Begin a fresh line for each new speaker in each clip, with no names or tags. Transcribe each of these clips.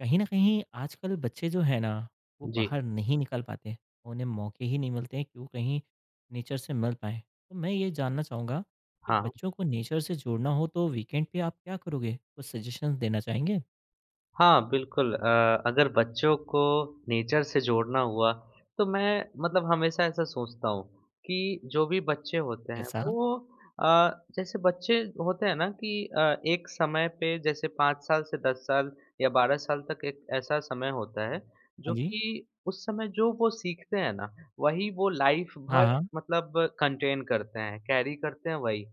कहीं न कहीं आजकल बच्चे जो हैं ना, वो
जी।
बाहर नहीं निकल पाते। उन्हें मौके ही नहीं मिलते हैं कि वो कहीं नेचर से मिल पाएँ। तो मैं ये जानना चाहूँगा कि
हाँ।
बच्चों को नेचर से जोड़ना हो तो वीकेंड पे आप क्या करोगे? कुछ सजेशंस देना चाहेंगे?
हाँ, बिल्कुल अगर बच्चों को नेचर से जोड़ना हुआ, तो मैं मतलब हमेशा ऐसा सोचता हूँ कि जो भी बच्चे होते हैं
ऐसा?
वो अ, जैसे बच्चे होते हैं ना कि अ, एक समय पे जैसे 5 साल से 10 साल या 12 साल तक एक ऐसा समय होता है,
हाँ
जो
जी।
कि उस समय जो वो सीखते हैं ना, वही वो लाइफ़
हाँ,
भर
हाँ।
मतलब कंटेन करते हैं, कैरी करते हैं वही।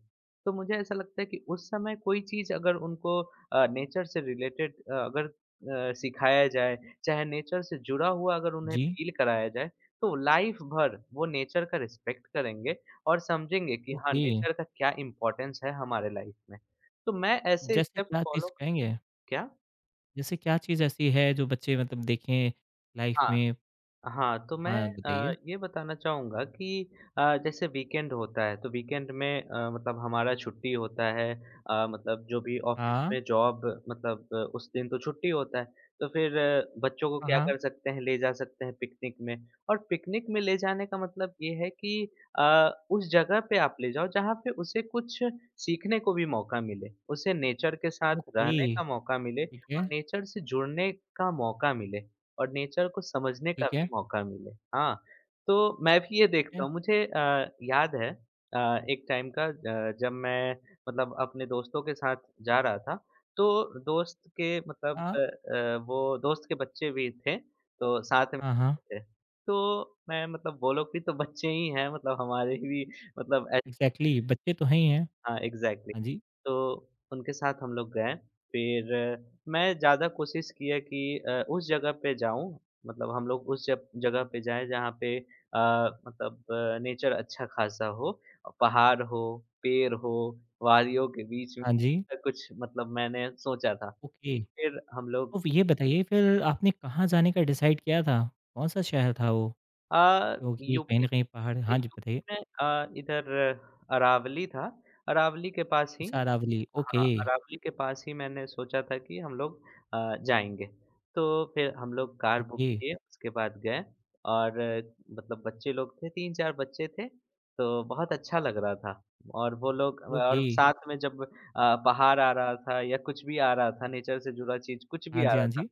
तो मुझे ऐसा लगता है कि उस समय कोई चीज़ अगर उनको नेचर से रिलेटेड अगर सिखाया जाए, चाहे नेचर से जुड़ा हुआ अगर उन्हें
जी।
फ़ील कराया जाए, तो लाइफ़ भर वो नेचर का रिस्पेक्ट करेंगे और समझेंगे कि हाँ,
ओके।
नेचर का क्या इम्पोर्टेंस है हमारे लाइफ़ में। तो मैं ऐसे
जैसे
स्टेप्स
क्या चीज़
फ़ॉलो
कहेंगे?
क्या?
जैसे क्या चीज़ ऐसी है जो बच्चे मतलब देखें लाइफ़
हाँ।
में?
हाँ, तो मैं
हाँ, बताइए।
ये बताना चाहूँगा कि जैसे वीकेंड होता है, तो वीकेंड में मतलब हमारा छुट्टी होता है मतलब जो भी ऑफ़िस
हाँ।
में जॉब मतलब उस दिन तो छुट्टी होता है, तो फिर बच्चों को
हाँ,
क्या
हाँ।
कर सकते हैं, ले जा सकते हैं पिकनिक में। और पिकनिक में ले जाने का मतलब ये है कि उस जगह पे आप ले जाओ, जहाँ पे उसे कुछ सीखने को भी मौका मिले, उसे नेचर के साथ रहने
ओके।
का मौका मिले
ठीक है,
और नेचर से जुड़ने का मौका मिले। और नेचर को समझने का
ठीक है,
भी मौका मिले। हाँ, तो मैं भी ये
ठीक
देखता
है।
हूँ मुझे याद है अ, एक टाइम का जब मैं मतलब अपने दोस्तों के साथ जा रहा था, तो दोस्त के मतलब
हाँ।
वो दोस्त के बच्चे भी थे, तो साथ में
हाँ, हाँ।
थे। तो मैं मतलब वो लोग भी तो बच्चे ही हैं मतलब हमारे भी मतलब ऐसे।
एग्ज़ैक्टली बच्चे तो हैं ही हैं।
हाँ, एग्ज़ैक्टली।
हाँ जी,
तो उनके साथ हम लोग गए। फिर मैं ज़्यादा कोशिश किया कि उस जगह पे जाऊँ मतलब हम लोग उस जग जगह पे जाएँ जहाँ पे मतलब नेचर अच्छा खासा हो। पहाड़ हो, पेड़ हो, वादियों के बीच में
हाँ जी,
ऐसा कुछ मतलब मैंने सोचा था।
ओके।
फिर हम लोग
तो ये बताइए फिर आपने कहाँ जाने का डिसाइड किया था? कौन-सा शहर था वो?
अ,
क्योंकि कहीं
यूपी
न कहीं पहाड़ हाँ जी, बताइए।
यूपी में इधर अरावली था। अरावली के पास ही
सारावली
हाँ,
ओके,
अरावली के पास ही मैंने सोचा था कि हम लोग जाएँगे। तो फिर हम लोग कार बुक
ओके,
किए, उसके बाद गए और मतलब बच्चे लोग थे, 3-4 बच्चे थे, तो बहुत अच्छा लग रहा था। और वो लोग और
ओके।
साथ में जब पहाड़ आ रहा था या कुछ भी आ रहा था, नेचर से जुड़ा चीज़ कुछ भी
हाँ
आ
जी,
रहा
हाँ
था,
जी।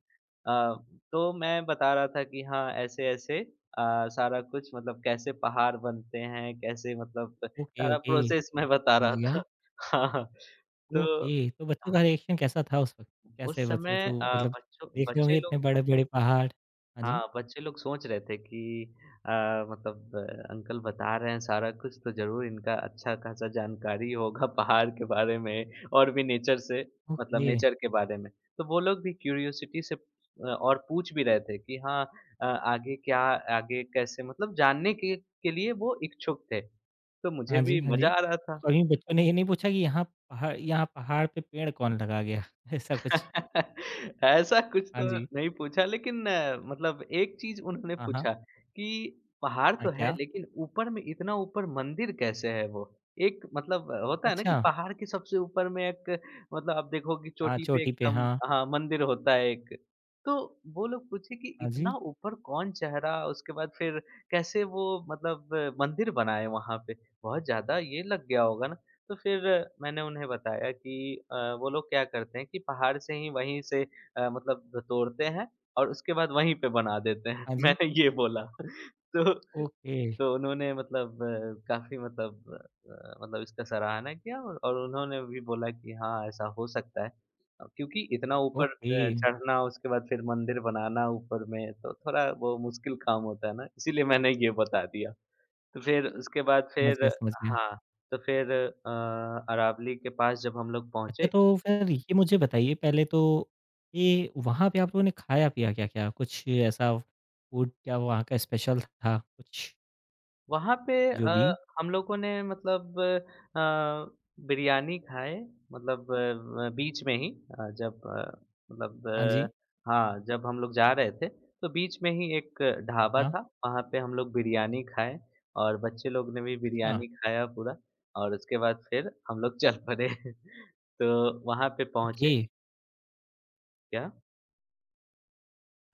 अ, तो मैं बता रहा था कि हाँ, ऐसे-ऐसे सारा कुछ मतलब कैसे पहाड़ बनते हैं, कैसे मतलब
ओके,
सारा
ओके,
प्रोसेस मैं बता
समझ
रहा था।
गया।
हाँ, हाँ। तो
ओके, तो बच्चों
अ,
का रिएक्शन कैसा था उस वक़्त? कैसे
उस
बच्चे
समय
तो
अ,
मतलब
बच्चों
देख रहे होंगे
बच्चे लोग।
इतने बड़े-बड़े पहाड़? हाँ जी,
हाँ, बच्चे लोग सोच रहे थे कि अ, अंकल बता रहे हैं सारा कुछ तो ज़रूर इनका अच्छा-खासा जानकारी होगा पहाड़ के बारे में और भी नेचर से मतलब
ओके।
नेचर के बारे में। तो वो लोग भी क्यूरियोसिटी से और पूछ भी रहे थे कि हाँ अ, आगे क्या आगे कैसे मतलब जानने के लिए वो इच्छुक थे। तो
हाँ
मुझे
जी,
भी
हाँ जी।
मज़ा आ रहा
तो
था।
कभी बच्चों ने ये नहीं पूछा कि यहाँ पहाड़ पे पेड़ कौन लगा गया? ऐसा कुछ?
ऐसा कुछ
हाँ
तो
जी।
नहीं पूछा लेकिन मतलब एक चीज़ उन्होंने
हाँ, हाँ।
पूछा कि पहाड़
हाँ,
तो है
क्या?
लेकिन ऊपर में इतना ऊपर मंदिर कैसे है वो? एक मतलब होता है ना कि
अच्छा!
पहाड़ के सबसे ऊपर में एक मतलब आप देखो कि
हाँ,
चोटी पे
चोटी पे
एकदम
हाँ।
हाँ, मंदिर होता है एक। तो वो लोग पूछे कि
हाँ जी,
इतना ऊपर कौन चढ़ा? उसके बाद फिर कैसे वो मतलब मंदिर बनाए वहाँ पे? बहुत ज़्यादा ये लग गया होगा ना। तो फिर मैंने उन्हें बताया कि वो लोग क्या करते हैं कि पहाड़ से ही वहीं से मतलब तोड़ते हैं और उसके बाद वहीं पे बना देते हैं।
हाँ जी।
मैंने ये बोला। तो
ओके,
तो उन्होंने मतलब काफ़ी मतलब इसका सराहना किया और उन्होंने भी बोला कि हाँ, ऐसा हो सकता है। क्योंकि इतना ऊपर
ओके।
चढ़ना उसके बाद फिर मंदिर बनाना ऊपर में तो थोड़ा वो मुश्किल काम होता है ना, इसीलिए मैंने ये बता दिया। तो फिर उसके बाद
समझ
फिर।
गया, समझ गया।
हाँ, तो फिर अरावली के पास जब हम लोग
अच्छा
पहुँचे,
तो फिर ये मुझे बताइए पहले तो कि वहाँ पे आप लोगों ने खाया-पिया क्या-क्या? कुछ ऐसा फूड क्या वहाँ का स्पेशल था कुछ
वहाँ पे
जो भी?
हम लोगों ने मतलब बिरयानी खाए मतलब अ, बीच में ही अ, जब अ, मतलब
हाँ जी,
अ, हाँ, जब हम लोग जा रहे थे, तो बीच में ही एक ढाबा
हाँ।
था, वहाँ पे हम लोग बिरयानी खाए और बच्चे लोग ने भी
अच्छा,
बिरयानी खाया पूरा और उसके बाद फिर हम लोग चल पड़े। तो वहाँ पे
ओके।
पहुँचे क्या?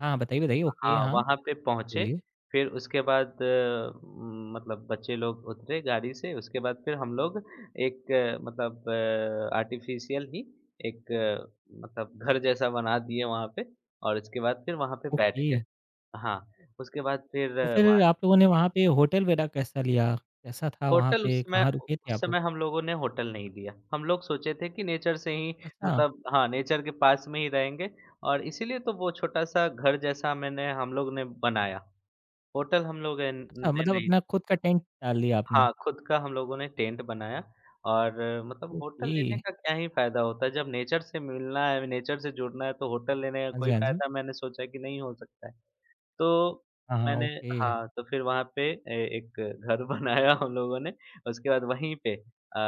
हाँ, बताइए, बताइए। ओके,
हाँ,
हाँ,
वहाँ पे पहुँचे,
बोलिए।
फिर उसके बाद मतलब बच्चे लोग उतरे गाड़ी से, उसके बाद फिर हम लोग एक मतलब आर्टिफ़िशियल ही एक मतलब घर जैसा बना दिए वहाँ पे और उसके बाद फिर वहाँ पे बैठ
ओके,
गए। हाँ, उसके बाद फिर
तो
वहाँ
फिर आप लोगों ने वहाँ पे होटल वगैरह कैसा लिया? कैसा था वहाँ
होटल उस
पे?
समय
कहाँ रुके थे
उस
आप लोग?
समय हम लोगों ने होटल नहीं लिया। हम लोग सोचे थे कि नेचर से ही
अच्छा।
मतलब हाँ, नेचर के पास में ही रहेंगे और इसीलिए तो वो छोटा-सा घर जैसा मैंने हम लोग ने बनाया। होटल हम लोग एन
अच्छा,
ने
मतलब
नहीं।
अपना खुद का टेंट डाल लिया आपने?
हाँ, खुद का हम लोगों ने टेंट बनाया और मतलब होटल
ओके।
लेने का क्या ही फ़ायदा होता है, जब नेचर से मिलना है, नेचर से जुड़ना है, तो होटल लेने का
हाँ जी,
कोई
हाँ जी।
फ़ायदा मैंने सोचा कि नहीं हो सकता है। तो
हाँ, हाँ,
मैंने।
ओके।
हाँ, तो फिर वहाँ पे ए एक घर बनाया हम लोगों ने, उसके बाद वहीं पे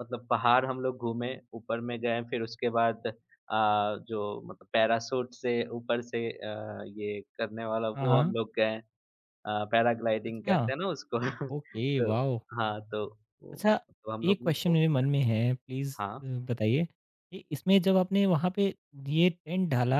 मतलब पहाड़ हम लोग घूमे, ऊपर में गए, फिर उसके बाद जो मतलब पैराशूट से ऊपर से ये करने वाला
हाँ,
वो हम
हाँ।
लोग गए। पैराग्लाइडिंग
अच्छा,
कहते हैं ना उसको।
ओके,
तो
वॉव!
हाँ, तो वो
अच्छा,
तो हम लोग
एक
ने
क्वेश्चन
वो
मेरे मन
किया।
में है, प्लीज़
हाँ,
बताइए कि इसमें जब आपने वहाँ पे ये टेंट डाला,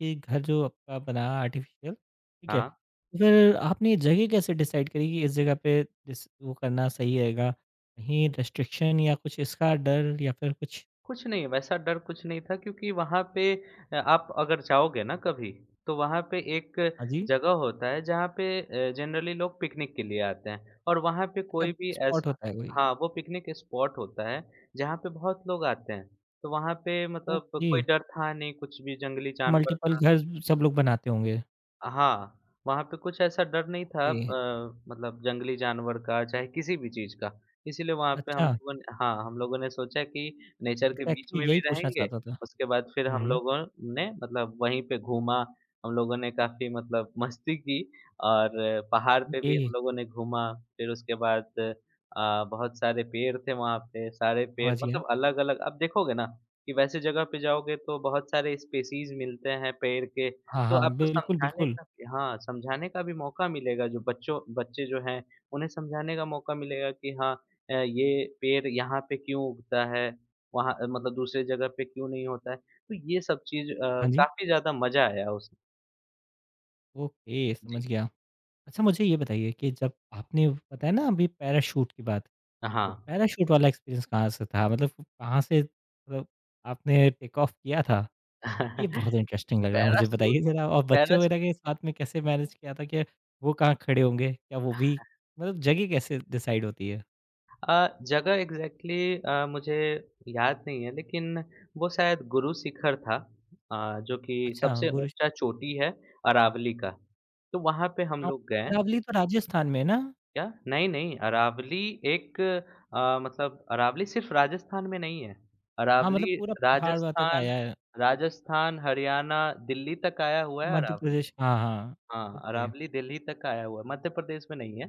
ये घर जो आपका बना आर्टिफ़िशियल, ठीक है?
हाँ।
तो फिर आपने जगह कैसे डिसाइड करी कि इस जगह पे डिस वो करना सही रहेगा? कहीं रेस्ट्रिक्शन या कुछ इसका डर या फिर कुछ
कुछ नहीं, वैसा डर कुछ नहीं था क्योंकि वहाँ पे आप अगर जाओगे ना कभी, तो वहाँ पे एक
हाँ जी,
जगह होता है जहाँ पे जनरली लोग पिकनिक के लिए आते हैं और वहाँ पे कोई
मतलब
भी
स्पॉट
ऐसा।
होता है कोई?
हाँ, वो पिकनिक स्पॉट होता है जहाँ पे बहुत लोग आते हैं। तो वहाँ पे मतलब
ओके।
कोई डर था नहीं, कुछ भी जंगली जानवर
मल्टीपल
था।
घर सब लोग बनाते होंगे।
हाँ, वहाँ पे कुछ ऐसा डर नहीं था
ओके,
मतलब जंगली जानवर का चाहे किसी भी चीज़ का। इसीलिए वहाँ पे हम
अच्छा
लोगों ने हाँ, हम लोगों ने सोचा कि नेचर के बीच
एग्ज़ैक्टली
में
यही
भी
पूछना
रहेंगे,
चाहता था।
उसके बाद फिर
हुँ,
हम
हुँ,
लोगों ने मतलब वहीं पे घूमा। हम लोगों ने काफ़ी मतलब मस्ती की और पहाड़ पे भी
ओके
हम लोगों ने घूमा। फिर उसके बाद बहुत सारे पेड़ थे वहाँ पे, सारे पेड़
समझ गया।
मतलब अलग-अलग आप देखोगे ना कि वैसे जगह पे जाओगे तो बहुत सारे स्पेसीज़ मिलते हैं पेड़ के।
हाँ,
तो
हाँ,
आपको
बिल्कुल,
समझाने
बिल्कुल।
का भी, हाँ, समझाने का भी मौका मिलेगा जो बच्चों बच्चे जो हैं, उन्हें समझाने का मौका मिलेगा कि हाँ ये पेड़ यहाँ पे क्यों उगता है, वहाँ मतलब दूसरे जगह पे क्यों नहीं होता है। तो ये सब चीज़
हाँ जी,
काफ़ी ज़्यादा मज़ा आया उस।
ओके समझ
जी,
गया। अच्छा मुझे ये बताइए कि जब आपने बताया ना अभी पैराशूट की बात,
हाँ।
तो पैराशूट वाला एक्सपीरियंस कहाँ से था? मतलब कहाँ से मतलब आपने टेक ऑफ किया था? ये बहुत इंटरेस्टिंग लग रहा है मुझे
पैराशूट
बताइए ज़रा और बच्चे
पैरास
वगैरह के साथ में कैसे मैनेज किया था कि वो कहाँ खड़े होंगे? क्या वो भी मतलब जगह कैसे डिसाइड होती है?
जगह एग्ज़ैक्टली मुझे याद नहीं है लेकिन वो शायद गुरु शिखर था जो कि
अच्छा,
सबसे
गुरु
ऊँचा चोटी है अरावली का। तो वहाँ पे हम
हाँ,
लोग गए।
अरावली तो राजस्थान में है ना?
क्या? नहीं, नहीं, अरावली एक मतलब अरावली सिर्फ राजस्थान में नहीं है।
हाँ, मतलब
अरावली
पूरा पहाड़ वहाँ तक
राजस्थान
आया है।
राजस्थान, हरियाणा, दिल्ली तक आया हुआ है
मध्य
अरावली।
प्रदेश हाँ, हाँ।
हाँ,
ओके।
अरावली दिल्ली तक आया हुआ है, मध्य प्रदेश में नहीं है।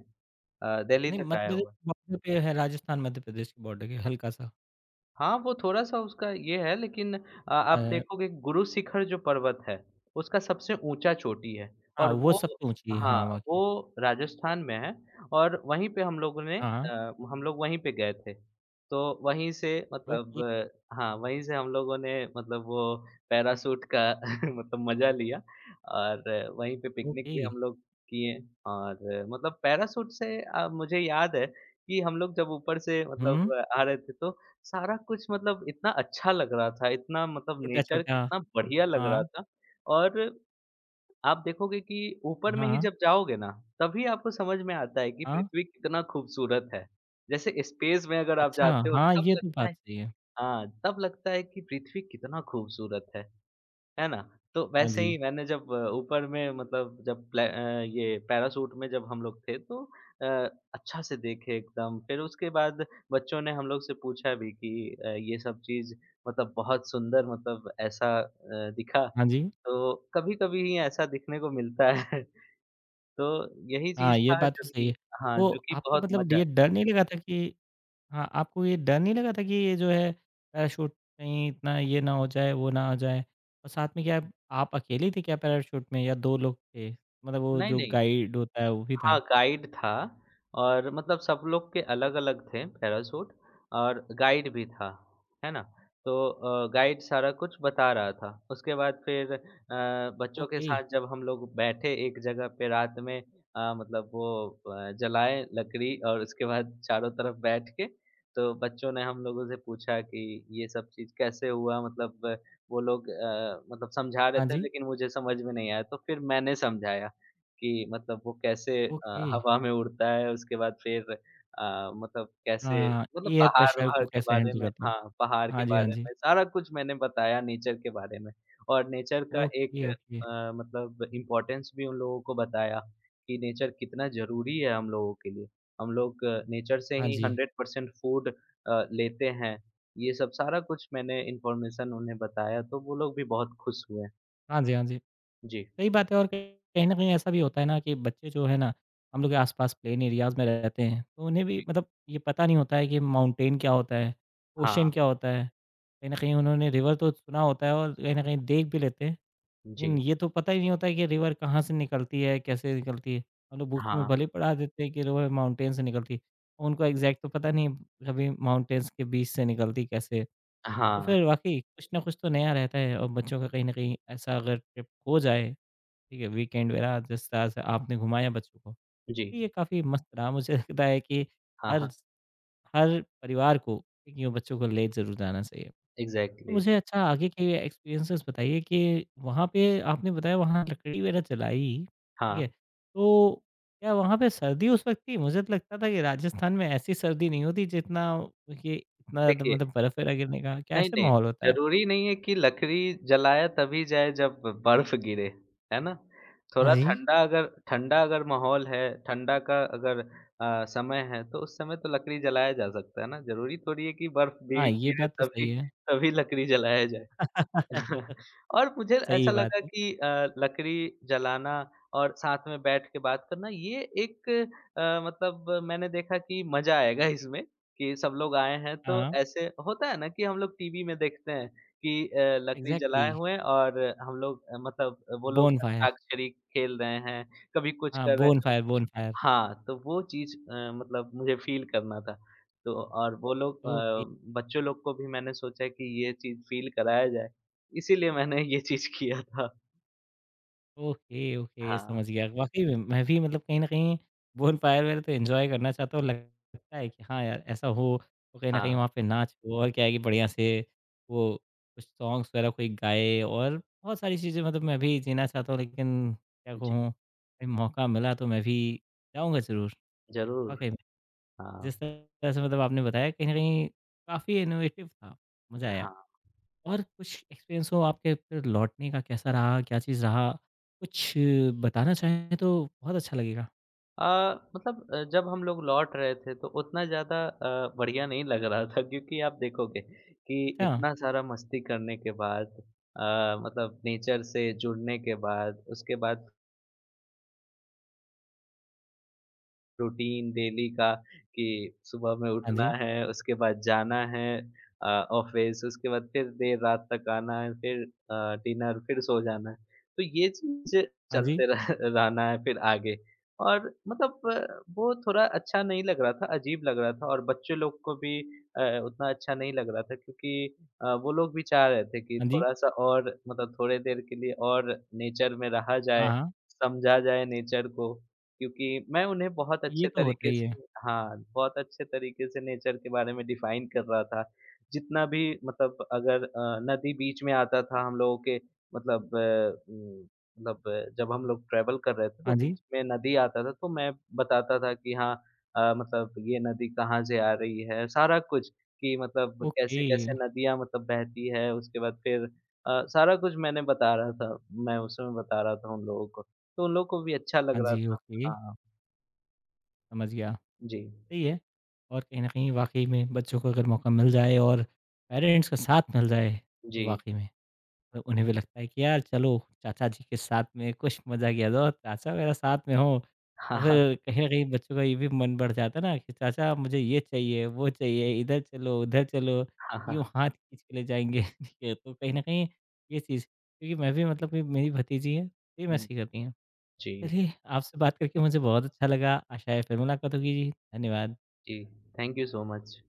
दिल्ली
नहीं
तक
मध्य
आया
प्रदेश
हुआ है।
बॉर्डर पे है राजस्थान मध्य प्रदेश के बॉर्डर के हल्का-सा।
हाँ, वो थोड़ा-सा उसका ये है लेकिन आप
हाँ,
देखोगे गुरु शिखर जो पर्वत है, उसका सबसे ऊँचा चोटी है
हाँ,
और
वो
वो।
सबसे ऊँची है।
हाँ,
हाँ, वाक़ई।
वो राजस्थान में है और वहीं पे
हाँ,
हम लोग वहीं पे गए थे। तो वहीं से
ओके,
मतलब हाँ, वहीं से हम लोगों ने मतलब वो पैराशूट का मतलब मज़ा लिया और वहीं पे पिकनिक
ओके।
भी हम लोग किए और मतलब पैराशूट से मुझे याद है कि हम लोग जब ऊपर से
हुँ,
मतलब आ रहे थे तो सारा कुछ मतलब इतना अच्छा लग रहा था, इतना मतलब नेचर
छोटा-छोटा।
कितना बढ़िया लग रहा
हाँ,
था। और आप देखोगे कि ऊपर में ही
हाँ,
जब जाओगे ना, तभी आपको समझ में आता है कि
हाँ।
पृथ्वी कितना खूबसूरत है। जैसे स्पेस में अगर आप
अच्छा,
जाते हो
हाँ,
तब
ये तो
लगता
बात
है।
सही है।
हाँ, तब लगता है कि पृथ्वी कितना खूबसूरत है। है ना? तो
हाँ
वैसे ही
जी,
मैंने जब ऊपर में मतलब जब ये पैराशूट में जब हम लोग थे तो अ, अच्छा से देखे एकदम। फिर उसके बाद बच्चों ने हम लोग से पूछा भी कि ये सब चीज़ मतलब बहुत सुंदर मतलब ऐसा दिखा।
हाँ जी।
तो कभी-कभी ही ऐसा दिखने को मिलता है। तो यही
हाँ,
चीज़
ये
था
बात
जो
तो सही है।
कि हाँ,
तो
जो कि
आपको
बहुत
मतलब
मज़ा।
ये डर नहीं लगा था कि हाँ, आपको ये डर नहीं लगा था कि ये जो है पैराशूट कहीं इतना ये ना हो जाए, वो ना हो जाए? और साथ में क्या आप अकेले थे क्या पैराशूट में या 2 लोग थे? मतलब वो
नहीं,
जो
नहीं।
गाइड होता है वो भी
हाँ,
था?
गाइड था और मतलब सब लोग के अलग-अलग थे पैराशूट और गाइड भी था, है ना? तो गाइड सारा कुछ बता रहा था। उसके बाद फिर बच्चों के
ओके,
साथ जब हम लोग बैठे एक जगह पे रात में जलाए लकड़ी और उसके बाद चारों तरफ बैठ के तो बच्चों ने हम लोगों से पूछा कि ये सब चीज़ कैसे हुआ? वो लोग समझा रहे
हाँ
थे
जी,
लेकिन मुझे समझ में नहीं आया तो फिर मैंने समझाया। कि मतलब वो कैसे
ओके।
हवा में उड़ता है, उसके बाद फिर अ, मतलब कैसे
हाँ,
मतलब
एयर प्रेशर
पहाड़-वहाड़
को
के
कैसे
बारे
हैंडल
में
करते हैं?
हाँ, पहाड़ के
हाँ जी, हाँ
बारे
जी।
में सारा कुछ मैंने बताया नेचर के बारे में। और नेचर का एक
ओके, ओके।
मतलब इम्पोर्टेंस भी उन लोगों को बताया कि नेचर कितना ज़रूरी है हम लोगों के लिए। हम लोग नेचर से
हाँ
ही
जी।
100% फूड लेते हैं। ये सब सारा कुछ मैंने इन्फॉर्मेशन उन्हें बताया, तो वो लोग भी बहुत खुश हुए।
हाँ जी, हाँ जी।
जी।
सही बात है और कहीं न कहीं ऐसा भी होता है ना कि बच्चे जो है ना, हम लोग के आस-पास प्लेन एरियाज़ में रहते हैं, तो उन्हें भी मतलब ये पता नहीं होता है कि माउंटेन क्या होता है, ओशन
हाँ।
क्या होता है। कहीं न कहीं उन्होंने रिवर तो सुना होता है और कहीं न कहीं देख भी लेते हैं, लेकिन
जी।
ये तो पता ही नहीं होता है कि रिवर कहाँ से निकलती है, कैसे निकलती है। हम लोग बुक्स में
हाँ।
भले ही पढ़ा देते हैं कि रिवर माउंटेन से निकलती है, उनको एग्ज़ैक्ट तो पता नहीं कभी माउंटेन्स के बीच से निकलती कैसे है। तो
हाँ।
फिर वाक़ई कुछ ना कुछ तो नया रहता है और बच्चों का कहीं न कहीं ऐसा अगर ट्रिप हो जाए ठीक है, वीकेंड में ना जिस तरह से आपने घुमाया बच्चों को,
जी।
तो ये काफ़ी मस्त रहा। मुझे लगता है कि
हाँ,
हर
हाँ,
स हर परिवार को एक यूँ बच्चों को ले ज़रूर जाना चाहिए। तो
एग्ज़ैक्टली।
मुझे अच्छा आगे के एक्सपीरियंसेस बताइए कि वहाँ पे आपने बताया वहाँ लकड़ी वगैरह जलाई, ठीक
हाँ,
है? तो क्या वहाँ पे सर्दी उस वक़्त थी? मुझे तो लगता था कि राजस्थान में ऐसी सर्दी नहीं होती जितना ये इतना द
देखिए
मतलब बर्फ़ वगैरह गिरने का क्या
नहीं,
ऐसा
नहीं,
माहौल होता है?
ज़रूरी नहीं है कि लकड़ी जलाया तभी जाए जब बर्फ़ गिरे, है ना?
हाँ
थोड़ा
जी।
ठंडा अगर माहौल है, ठंडा का अगर समय है, तो उस समय तो लकड़ी जलाया जा सकता है ना? ज़रूरी थोड़ी है कि बर्फ़
हाँ,
भी
ये
गिरे
बात तो सही
तभी
है।
तभी लकड़ी जलाया जाए। और मुझे
सही
ऐसा
बात
लगा
है।
कि लकड़ी जलाना और साथ में बैठ के बात करना ये एक अ, मतलब मैंने देखा कि मजा आएगा इसमें कि सब लोग आए हैं तो
हाँ,
ऐसे होता है ना कि हम लोग टीवी में देखते हैं कि लकड़ी
एग्ज़ैक्टली।
जलाए हुए हैं और हम लोग अ, मतलब वो लोग
बोनफायर
अंताक्षरी खेल रहे हैं कभी कुछ
हाँ,
कर रहे हैं
बोनफायर बोनफायर
हाँ, तो वो चीज़ मतलब मुझे फ़ील करना था। तो और
ओके,
बच्चों लोग को भी मैंने सोचा कि ये चीज़ फ़ील कराया जाए, इसीलिए मैंने ये चीज़ किया था।
ओके, ओके
हाँ,
समझ गया। वाक़ई में मैं भी मतलब कहीं न कहीं बोनफायर वगैरह तो एन्जॉय करना चाहता हूँ। लगता है कि हाँ यार, ऐसा हो तो कहीं न कहीं
हाँ।
वहाँ पे नाच हो और क्या है कि बढ़िया से वो कुछ सॉन्ग्स वगैरह कोई गाए और बहुत सारी चीज़ें मतलब मैं भी जीना चाहता हूँ लेकिन क्या
जी,
कहूँ, कहीं मौका मिला तो मैं भी जाऊँगा ज़रूर।
ज़रूर।
वाक़ई में
हाँ,
जिस तरह से मतलब आपने बताया कहीं न कहीं काफ़ी इनोवेटिव था, मज़ा आया।
हाँ।
और कुछ एक्सपीरियंस हो आपके फिर लौटने का कैसा रहा? क्या चीज़ रहा? कुछ बताना चाहें तो बहुत अच्छा लगेगा।
अ, जब हम लोग लौट रहे थे तो उतना ज़्यादा बढ़िया नहीं लग रहा था क्योंकि आप देखोगे कि
अच्छा,
इतना सारा मस्ती करने के बाद अ, मतलब नेचर से जुड़ने के बाद, उसके बाद रूटीन डेली का कि सुबह में
हाँ
उठना
जी,
है, उसके बाद जाना है ऑफ़िस, उसके बाद फिर देर रात तक आना है, फिर डिनर, फिर सो जाना है। तो ये चीज़
हाँ जी,
चलते रह रहना है फिर आगे और मतलब वो थोड़ा अच्छा नहीं लग रहा था, अजीब लग रहा था और बच्चे लोग को भी उतना अच्छा नहीं लग रहा था क्योंकि वो लोग भी चाह रहे थे कि
हाँ जी,
थोड़ा-सा और मतलब थोड़ी देर के लिए और नेचर में रहा
हाँ,
जाए,
हाँ,
समझा जाए नेचर को। क्योंकि मैं उन्हें बहुत
ये
अच्छे
तो होता
तरीके
ही है।
से हाँ, बहुत अच्छे तरीके से नेचर के बारे में डिफाइन कर रहा था। जितना भी मतलब अगर नदी बीच में आता था हम लोगों के मतलब अ, उम, मतलब जब हम लोग ट्रैवल कर रहे थे तो
हाँ जी,
बीच में नदी आता था तो मैं बताता था कि हाँ मतलब ये नदी कहाँ से आ रही है, सारा कुछ कि मतलब
ओके,
कैसे-कैसे नदियाँ मतलब बहती है, उसके बाद फिर सारा कुछ मैंने बता रहा था, मैं उस समय बता रहा था उन लोगों को। तो उन लोगों को भी अच्छा लग
हाँ
रहा
जी,
था।
ओके,
हाँ, हाँ।
समझ गया,
जी,
सही है। और कहीं न कहीं वाक़ई में बच्चों को अगर मौका मिल जाए और पेरेंट्स का साथ मिल जाए, तो
जी।
वाक़ई में तो उन्हें भी लगता है कि यार चलो चाचा जी के साथ में कुछ मज़ा किया जाओ, चाचा मेरा साथ में हो।
हाँ,
तो
हाँ,
फिर कहीं न कहीं बच्चों का ये भी मन बढ़ जाता है ना कि चाचा मुझे ये चाहिए, वो चाहिए, इधर चलो, उधर चलो,
हाँ, हाँ।
यूँ हाथ खींच के ले जाएँगे। ठीक है, तो कहीं न कहीं ये चीज़ क्योंकि मैं भी मतलब कि मेरी भतीजी है, सेम
हुँ,
ऐसे ही करती हैं।
जी,
चलिए आपसे बात करके मुझे बहुत अच्छा लगा, आशा है फिर मुलाकात होगी जी, धन्यवाद।
जी। Thank you so much.